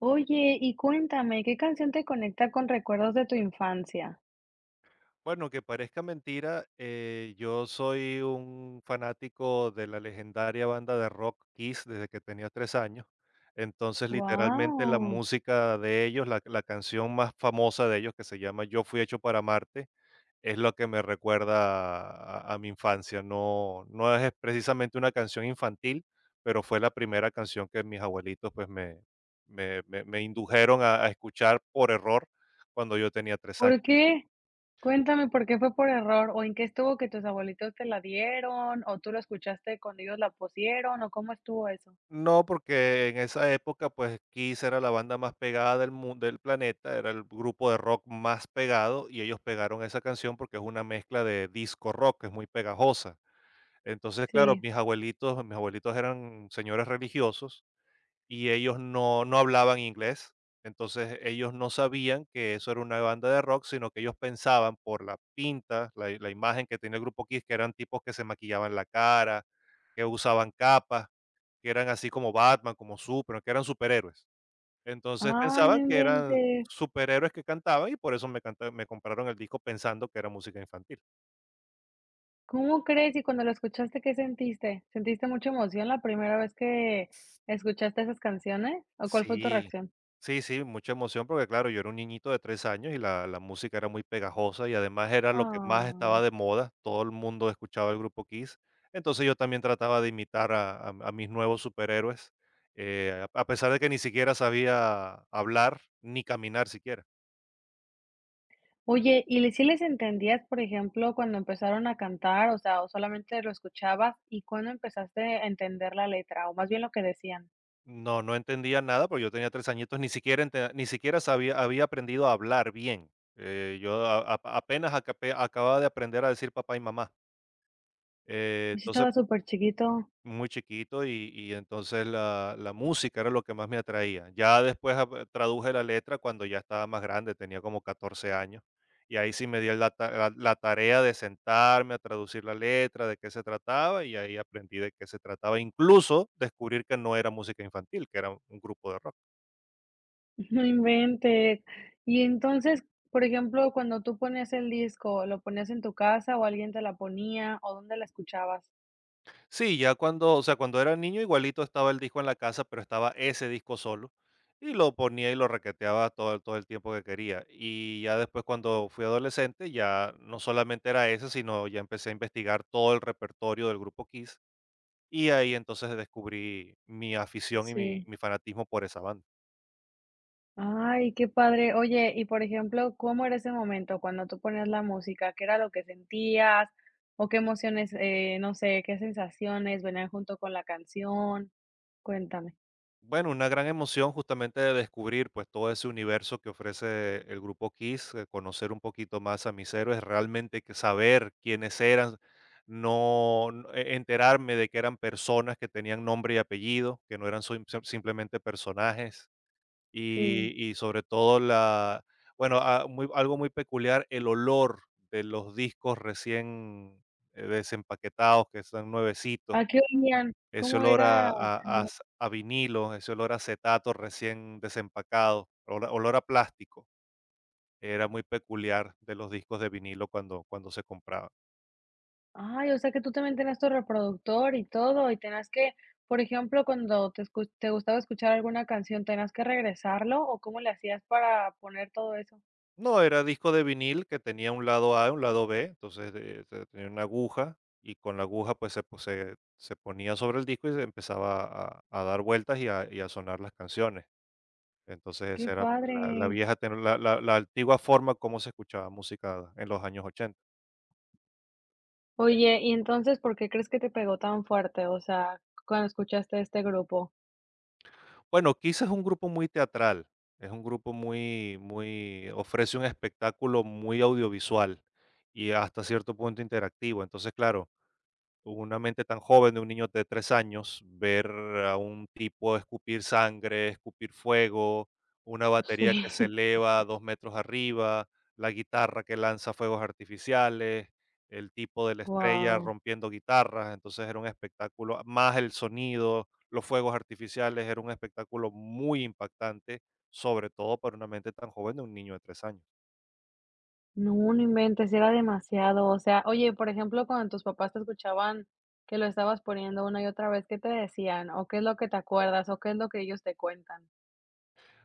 Oye, y cuéntame, ¿qué canción te conecta con recuerdos de tu infancia? Bueno, que parezca mentira, yo soy un fanático de la legendaria banda de rock Kiss desde que tenía 3 años. Entonces, literalmente, la Wow. música de ellos, la canción más famosa de ellos, que se llama Yo fui hecho para Marte, es lo que me recuerda a mi infancia. No es precisamente una canción infantil, pero fue la primera canción que mis abuelitos, pues, me indujeron a escuchar por error cuando yo tenía 3 años. ¿por qué? Cuéntame, ¿por qué fue por error? ¿O en qué estuvo que tus abuelitos te la dieron? ¿O tú lo escuchaste cuando ellos la pusieron? ¿O cómo estuvo eso? No, porque en esa época, pues, Kiss era la banda más pegada del mundo, del planeta, era el grupo de rock más pegado, y ellos pegaron esa canción porque es una mezcla de disco rock, es muy pegajosa. Entonces, claro, Sí. mis abuelitos eran señores religiosos y ellos no hablaban inglés. Entonces ellos no sabían que eso era una banda de rock, sino que ellos pensaban por la pinta, la imagen que tenía el grupo Kiss, que eran tipos que se maquillaban la cara, que usaban capas, que eran así como Batman, como Superman, que eran superhéroes. Entonces Ay, no pensaban que eran inventes. superhéroes que cantaban, y por eso me compraron el disco pensando que era música infantil. ¿Cómo crees? Y cuando lo escuchaste, ¿qué sentiste? ¿Sentiste mucha emoción la primera vez que escuchaste esas canciones? ¿O cuál fue tu Sí, reacción? sí, sí, mucha emoción porque, claro, yo era un niñito de 3 años y la música era muy pegajosa y además era lo que más estaba Ay. de moda. Todo el mundo escuchaba el grupo Kiss. Entonces yo también trataba de imitar a mis nuevos superhéroes, a pesar de que ni siquiera sabía hablar ni caminar siquiera. Oye, ¿y le sí les entendías, por ejemplo, cuando empezaron a cantar? O sea, ¿o solamente lo escuchabas? ¿Y cuando empezaste a entender la letra, o más bien lo que decían? No, no entendía nada, porque yo tenía 3 añitos, ni siquiera sabía había aprendido a hablar bien. Yo a apenas acapé acababa de aprender a decir papá y mamá. Eh, Pues, sí entonces, estaba súper chiquito, muy chiquito y entonces la música era lo que más me atraía. Ya después ap traduje la letra cuando ya estaba más grande, tenía como 14 años, y ahí sí me di la ta la la tarea de sentarme a traducir la letra, de qué se trataba, y ahí aprendí de qué se trataba. Incluso descubrir que no era música infantil, que era un grupo de rock. no inventes. Y entonces, por ejemplo, cuando tú ponías el disco, ¿lo ponías en tu casa o alguien te la ponía, o dónde la escuchabas? Sí, ya cuando, o sea, cuando era niño igualito estaba el disco en la casa, pero estaba ese disco solo y lo ponía y lo requeteaba todo, todo el tiempo que quería. Y ya después cuando fui adolescente ya no solamente era ese, sino ya empecé a investigar todo el repertorio del grupo Kiss. Y ahí entonces descubrí mi afición y mi, Sí. mi fanatismo por esa banda. Ay, qué padre. Oye, y por ejemplo, ¿cómo era ese momento cuando tú ponías la música? ¿Qué era lo que sentías? ¿O qué emociones, no sé, qué sensaciones venían junto con la canción? Cuéntame. Bueno, una gran emoción justamente de descubrir, pues, todo ese universo que ofrece el grupo Kiss, conocer un poquito más a mis héroes, realmente que saber quiénes eran, enterarme de que eran personas que tenían nombre y apellido, que no eran simplemente personajes, y, Sí. y sobre todo bueno, algo muy peculiar: el olor de los discos recién desempaquetados que están nuevecitos. ¿A qué oían? Ese ¿Cómo olor era? a vinilo, ese olor a acetato recién desempacado, olor a olor a plástico, era muy peculiar de los discos de vinilo cuando se compraban. Ay, o sea que tú también tenías tu reproductor y todo, y tenías que, por ejemplo, cuando te escu- te gustaba escuchar alguna canción, ¿tenías que regresarlo? ¿O cómo le hacías para poner todo eso? No, era disco de vinil que tenía un lado A, un lado B. Entonces, te tenía una aguja y con la aguja, pues, se po se se ponía sobre el disco y se empezaba a dar vueltas y a sonar las canciones. Entonces, Qué esa era, pues, padre. la la vieja teno la la la antigua forma como se escuchaba música en los años 80. Oye, y entonces, ¿por qué crees que te pegó tan fuerte? O sea, cuando escuchaste este grupo. Bueno, Kiss es un grupo muy teatral, es un grupo muy muy ofrece un espectáculo muy audiovisual y hasta cierto punto interactivo. Entonces, claro, una mente tan joven de un niño de 3 años, ver a un tipo escupir sangre, escupir fuego, una Sí, batería que se eleva a 2 metros arriba, la guitarra que lanza fuegos artificiales, el tipo de la estrella Wow. rompiendo guitarras, entonces era un espectáculo, más el sonido, los fuegos artificiales, era un espectáculo muy impactante, sobre todo para una mente tan joven de un niño de 3 años. No, no inventes, era demasiado. O sea, oye, por ejemplo, cuando tus papás te escuchaban que lo estabas poniendo una y otra vez, ¿qué te decían? ¿O qué es lo que te acuerdas? ¿O qué es lo que ellos te cuentan?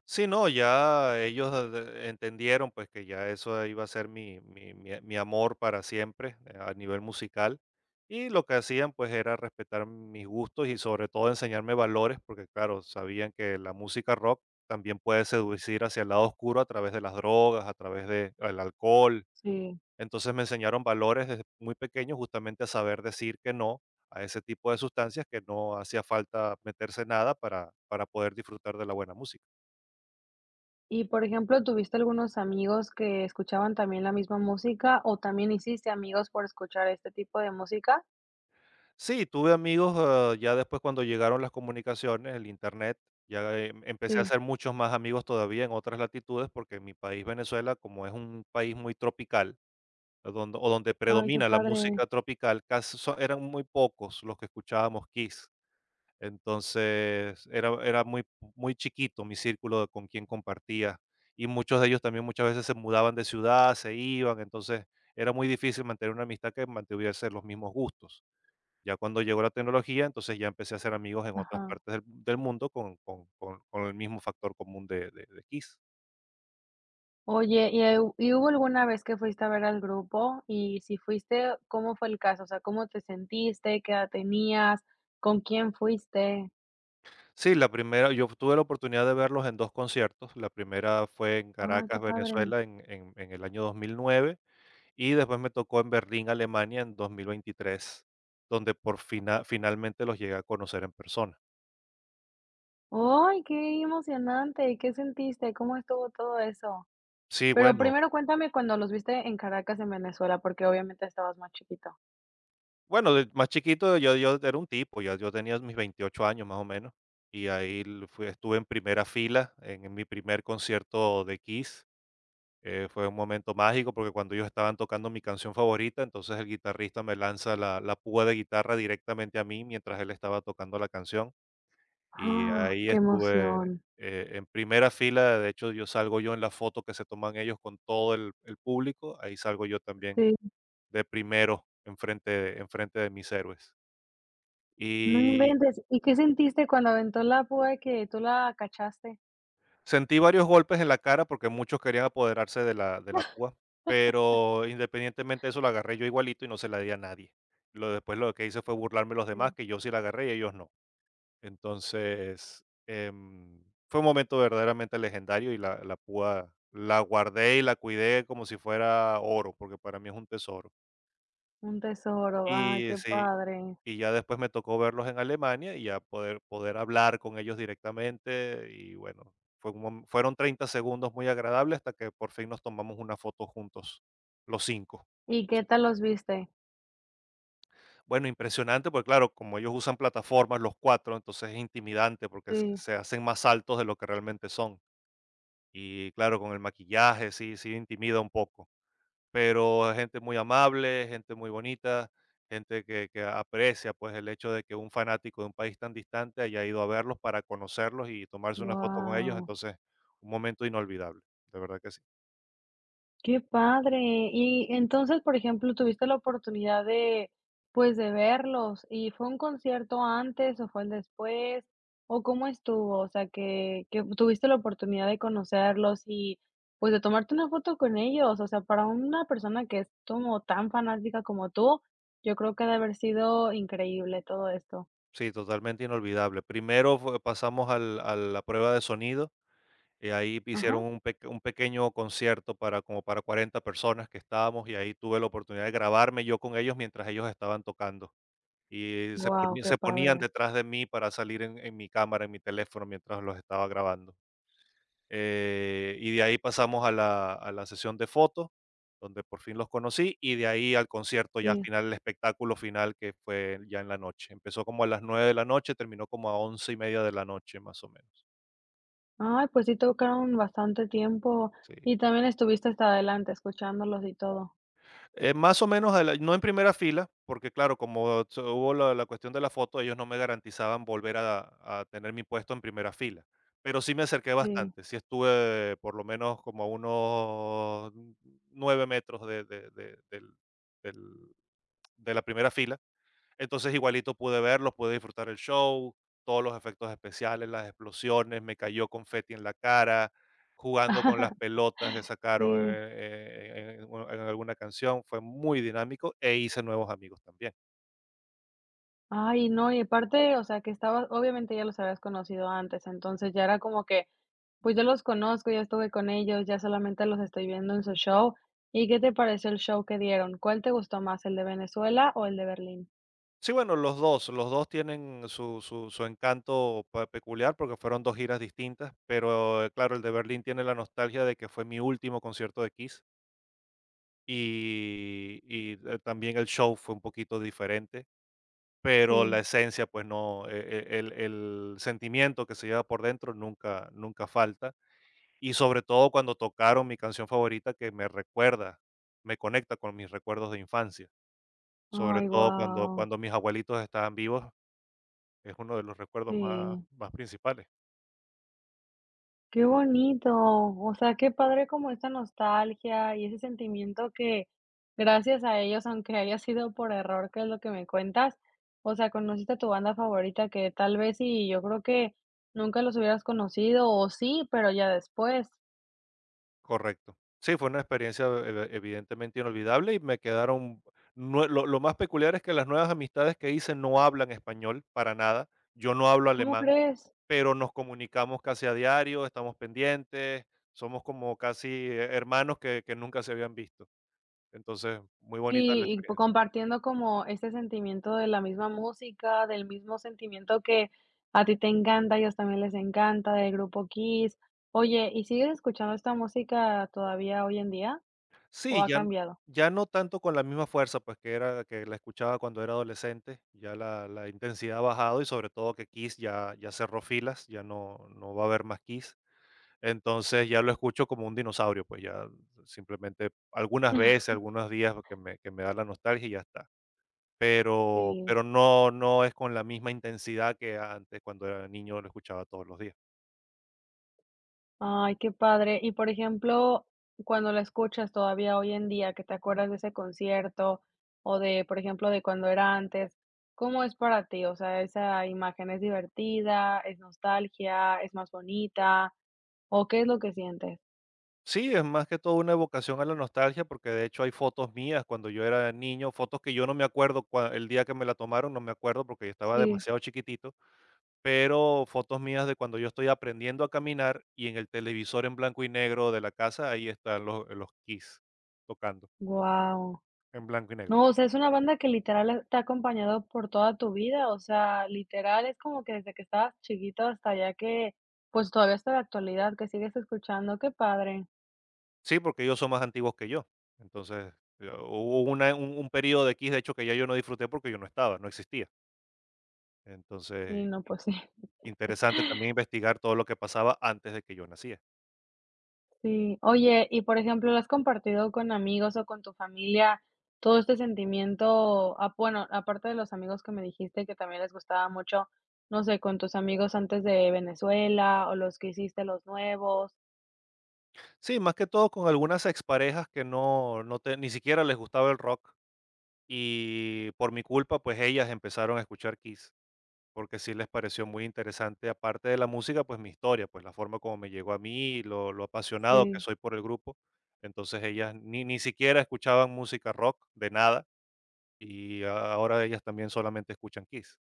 Sí, no, ya ellos entendieron, pues, que ya eso iba a ser mi amor para siempre, a nivel musical, y lo que hacían, pues, era respetar mis gustos y sobre todo enseñarme valores, porque, claro, sabían que la música rock también puede seducir hacia el lado oscuro a través de las drogas, a través del alcohol. Sí. Entonces me enseñaron valores desde muy pequeño, justamente a saber decir que no a ese tipo de sustancias, que no hacía falta meterse nada para poder disfrutar de la buena música. Y, por ejemplo, ¿tuviste algunos amigos que escuchaban también la misma música o también hiciste amigos por escuchar este tipo de música? Sí, tuve amigos, ya después cuando llegaron las comunicaciones, el internet, ya empecé a Sí. hacer muchos más amigos todavía en otras latitudes, porque mi país, Venezuela, como es un país muy tropical, a donde, o donde Ay, qué predomina la padre. música tropical, eran muy pocos los que escuchábamos Kiss. Entonces era muy, muy chiquito mi círculo de con quien compartía. Y muchos de ellos también muchas veces se mudaban de ciudad, se iban, entonces era muy difícil mantener una amistad que mantuviese los mismos gustos. Ya cuando llegó la tecnología, entonces ya empecé a hacer amigos en otras Ajá. partes del mundo con el mismo factor común de Kiss. Oye, y hubo alguna vez que fuiste a ver al grupo? Y si fuiste, ¿cómo fue el caso? O sea, ¿cómo te sentiste? ¿Qué edad tenías? ¿Con quién fuiste? Sí, la primera, yo tuve la oportunidad de verlos en 2 conciertos. La primera fue en Ay, qué Caracas, padre. Venezuela, en el año 2009, y después me tocó en Berlín, Alemania, en 2023, donde por finalmente los llegué a conocer en persona. Ay, qué emocionante. ¿Qué sentiste? ¿Cómo estuvo todo eso? Sí, Pero bueno primero cuéntame cuando los viste en Caracas, en Venezuela, porque obviamente estabas más chiquito. Bueno, de más chiquito, yo era un tipo, yo tenía mis 28 años más o menos. Y ahí l fui estuve en primera fila en mi primer concierto de Kiss. Fue un momento mágico porque cuando ellos estaban tocando mi canción favorita, entonces el guitarrista me lanza la púa de guitarra directamente a mí mientras él estaba tocando la canción, y ¡Ah! ahí ¡Qué estuve, emoción! En primera fila. De hecho, yo salgo yo en la foto que se toman ellos con todo el público, ahí salgo yo también Sí, de primero, enfrente de mis héroes. no Y inventes. ¿Y qué sentiste cuando aventó la púa que tú la cachaste? sentí varios golpes en la cara porque muchos querían apoderarse de la púa, pero independientemente de eso la agarré yo igualito y no se la di a nadie. Lo Después lo que hice fue burlarme de los demás, Sí, que yo sí la agarré y ellos no. Entonces, fue un momento verdaderamente legendario y la púa la guardé y la cuidé como si fuera oro, porque para mí es un tesoro. un tesoro. Ay, Y qué sí padre. Y ya después me tocó verlos en Alemania y ya poder hablar con ellos directamente y, bueno, fue un mom fueron 30 segundos muy agradables hasta que por fin nos tomamos una foto juntos, los cinco. ¿Y Los qué cinco. tal los viste? Bueno, impresionante, porque, claro, como ellos usan plataformas los cuatro, entonces es intimidante porque s Sí, se hacen más altos de lo que realmente son. Y, claro, con el maquillaje sí intimida un poco. Pero gente muy amable, gente muy bonita, gente que aprecia, pues, el hecho de que un fanático de un país tan distante haya ido a verlos para conocerlos y tomarse una foto con ellos. guau, Entonces, un momento inolvidable, de verdad que sí. qué padre. Y entonces, por ejemplo, ¿tuviste la oportunidad de, pues, de verlos? ¿Y fue un concierto antes o fue el después? ¿O cómo estuvo? O sea, que tuviste la oportunidad de conocerlos y, pues, de tomarte una foto con ellos. O sea, para una persona que es como tan fanática como tú, yo creo que ha de haber sido increíble todo esto. Sí, totalmente inolvidable. Primero fue pasamos al a la prueba de sonido, y ahí Ajá. hicieron un pequeño concierto para como para 40 personas que estábamos, y ahí tuve la oportunidad de grabarme yo con ellos mientras ellos estaban tocando. Y Guau, qué se padre. ponían detrás de mí para salir en mi cámara, en mi teléfono, mientras los estaba grabando. Y de ahí pasamos a la sesión de fotos, donde por fin los conocí, y de ahí al concierto, ya Sí. final, el espectáculo final, que fue ya en la noche. Empezó como a las 9 de la noche, terminó como a 11:30 de la noche, más o menos. Ay, pues sí tocaron bastante tiempo Sí. y también estuviste hasta adelante escuchándolos y todo. Más o menos, no en primera fila, porque, claro, como hubo la cuestión de la foto, ellos no me garantizaban volver a tener mi puesto en primera fila. Pero sí me acerqué Sí. bastante, sí estuve por lo menos como a unos 9 metros de- del- de la primera fila. Entonces, igualito pude verlos, pude disfrutar el show, todos los efectos especiales, las explosiones, me cayó confeti en la cara jugando con las pelotas que sacaron, Sí. En alguna canción. Fue muy dinámico e hice nuevos amigos también. Ay, no, y aparte, o sea, que estabas obviamente ya los habías conocido antes, entonces ya era como que, pues ya los conozco, ya estuve con ellos, ya solamente los estoy viendo en su show. ¿Y qué te pareció el show que dieron? ¿Cuál te gustó más, el de Venezuela o el de Berlín? Sí, bueno, los 2 tienen su encanto pe peculiar porque fueron 2 giras distintas, pero, claro, el de Berlín tiene la nostalgia de que fue mi último concierto de Kiss y también el show fue un poquito diferente. Pero la Sí. esencia, pues, no. El sentimiento que se lleva por dentro nunca nunca falta. Y sobre todo cuando tocaron mi canción favorita que me recuerda, me conecta con mis recuerdos de infancia, sobre Ay, todo cuando guau. cuando mis abuelitos estaban vivos, es uno de los recuerdos más Sí. más principales. Qué bonito, o sea, qué padre como esta nostalgia y ese sentimiento que gracias a ellos, aunque haya sido por error, que es lo que me cuentas, o sea, conociste a tu banda favorita que tal vez y yo creo que nunca los hubieras conocido o sí, pero ya después, Correcto. Sí, fue una experiencia eve evidentemente inolvidable y me quedaron nue lo más peculiar es que las nuevas amistades que hice no hablan español para nada. Yo no hablo ¿cómo alemán. crees? Pero nos comunicamos casi a diario, estamos pendientes, somos como casi, hermanos que nunca se habían visto. Entonces, muy bonita la Sí, y po experiencia. compartiendo como ese sentimiento de la misma música, del mismo sentimiento que a ti te encanta, a ellos también les encanta, del grupo Kiss. Oye, ¿y sigues escuchando esta música todavía hoy en día o Sí, ha cambiado? ya no tanto con la misma fuerza, pues que era que la escuchaba cuando era adolescente. Ya la intensidad ha bajado y sobre todo que Kiss ya cerró filas. Ya no, no va a haber más Kiss. Entonces ya lo escucho como un dinosaurio, pues ya simplemente algunas veces, algunos días que me da la nostalgia y ya está. Pero Sí. pero no es con la misma intensidad que antes, cuando era niño lo escuchaba todos los días. Ay, qué padre. Y, por ejemplo, cuando la escuchas todavía hoy en día, que te acuerdas de ese concierto o de, por ejemplo, de cuando era antes, ¿cómo es para ti? O sea, esa imagen, ¿es divertida, es nostalgia, es más bonita? ¿O qué es lo que sientes? Sí, es más que todo una evocación a la nostalgia, porque de hecho hay fotos mías cuando yo era niño, fotos que yo no me acuerdo cua el día que me la tomaron. No me acuerdo porque yo estaba Sí, demasiado chiquitito, pero fotos mías de cuando yo estoy aprendiendo a caminar y en el televisor en blanco y negro de la casa, ahí están los Kiss tocando guau. en blanco y negro. No, o sea, es una banda que literal te ha acompañado por toda tu vida, o sea, literal es como que desde que estabas chiquito hasta ya que, pues, todavía hasta la actualidad que sigues escuchando, qué padre. Sí, porque ellos son más antiguos que yo. Entonces, hubo una un período de Kiss, de hecho, que ya yo no disfruté porque yo no estaba, no existía. Sí, Entonces, no, in pues sí, interesante también investigar todo lo que pasaba antes de que yo nacía. sí. Oye, y por ejemplo, ¿lo has compartido con amigos o con tu familia todo este sentimiento? Ah, bueno, aparte de los amigos que me dijiste que también les gustaba mucho, no sé, con tus amigos antes de Venezuela o los que hiciste los nuevos. Sí, más que todo con algunas exparejas que no no te ni siquiera les gustaba el rock, y por mi culpa, pues, ellas empezaron a escuchar Kiss. Porque sí les pareció muy interesante, aparte de la música, pues mi historia, pues la forma como me llegó a mí, lo apasionado que Sí. soy por el grupo. Entonces ellas ni siquiera escuchaban música rock de nada y ahora ellas también solamente escuchan Kiss.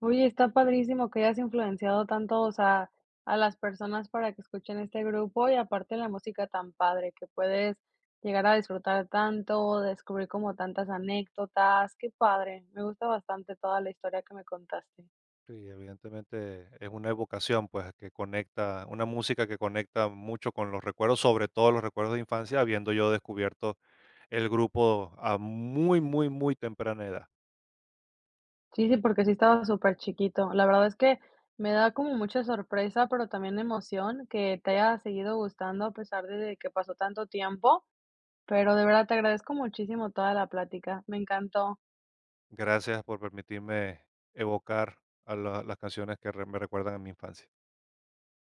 Oye, está padrísimo que hayas influenciado tanto, o sea, a las personas para que escuchen este grupo y aparte la música tan padre que puedes llegar a disfrutar tanto, descubrir como tantas anécdotas, qué padre, me gusta bastante toda la historia que me contaste. Y evidentemente es una evocación, pues, que conecta, una música que conecta mucho con los recuerdos, sobre todo los recuerdos de infancia, habiendo yo descubierto el grupo a muy, muy, muy temprana edad. Sí, sí, porque sí estaba súper chiquito. La verdad es que me da como mucha sorpresa, pero también emoción que te haya seguido gustando a pesar de que pasó tanto tiempo, pero de verdad te agradezco muchísimo toda la plática, me encantó. Gracias por permitirme evocar a las canciones que me recuerdan a mi infancia.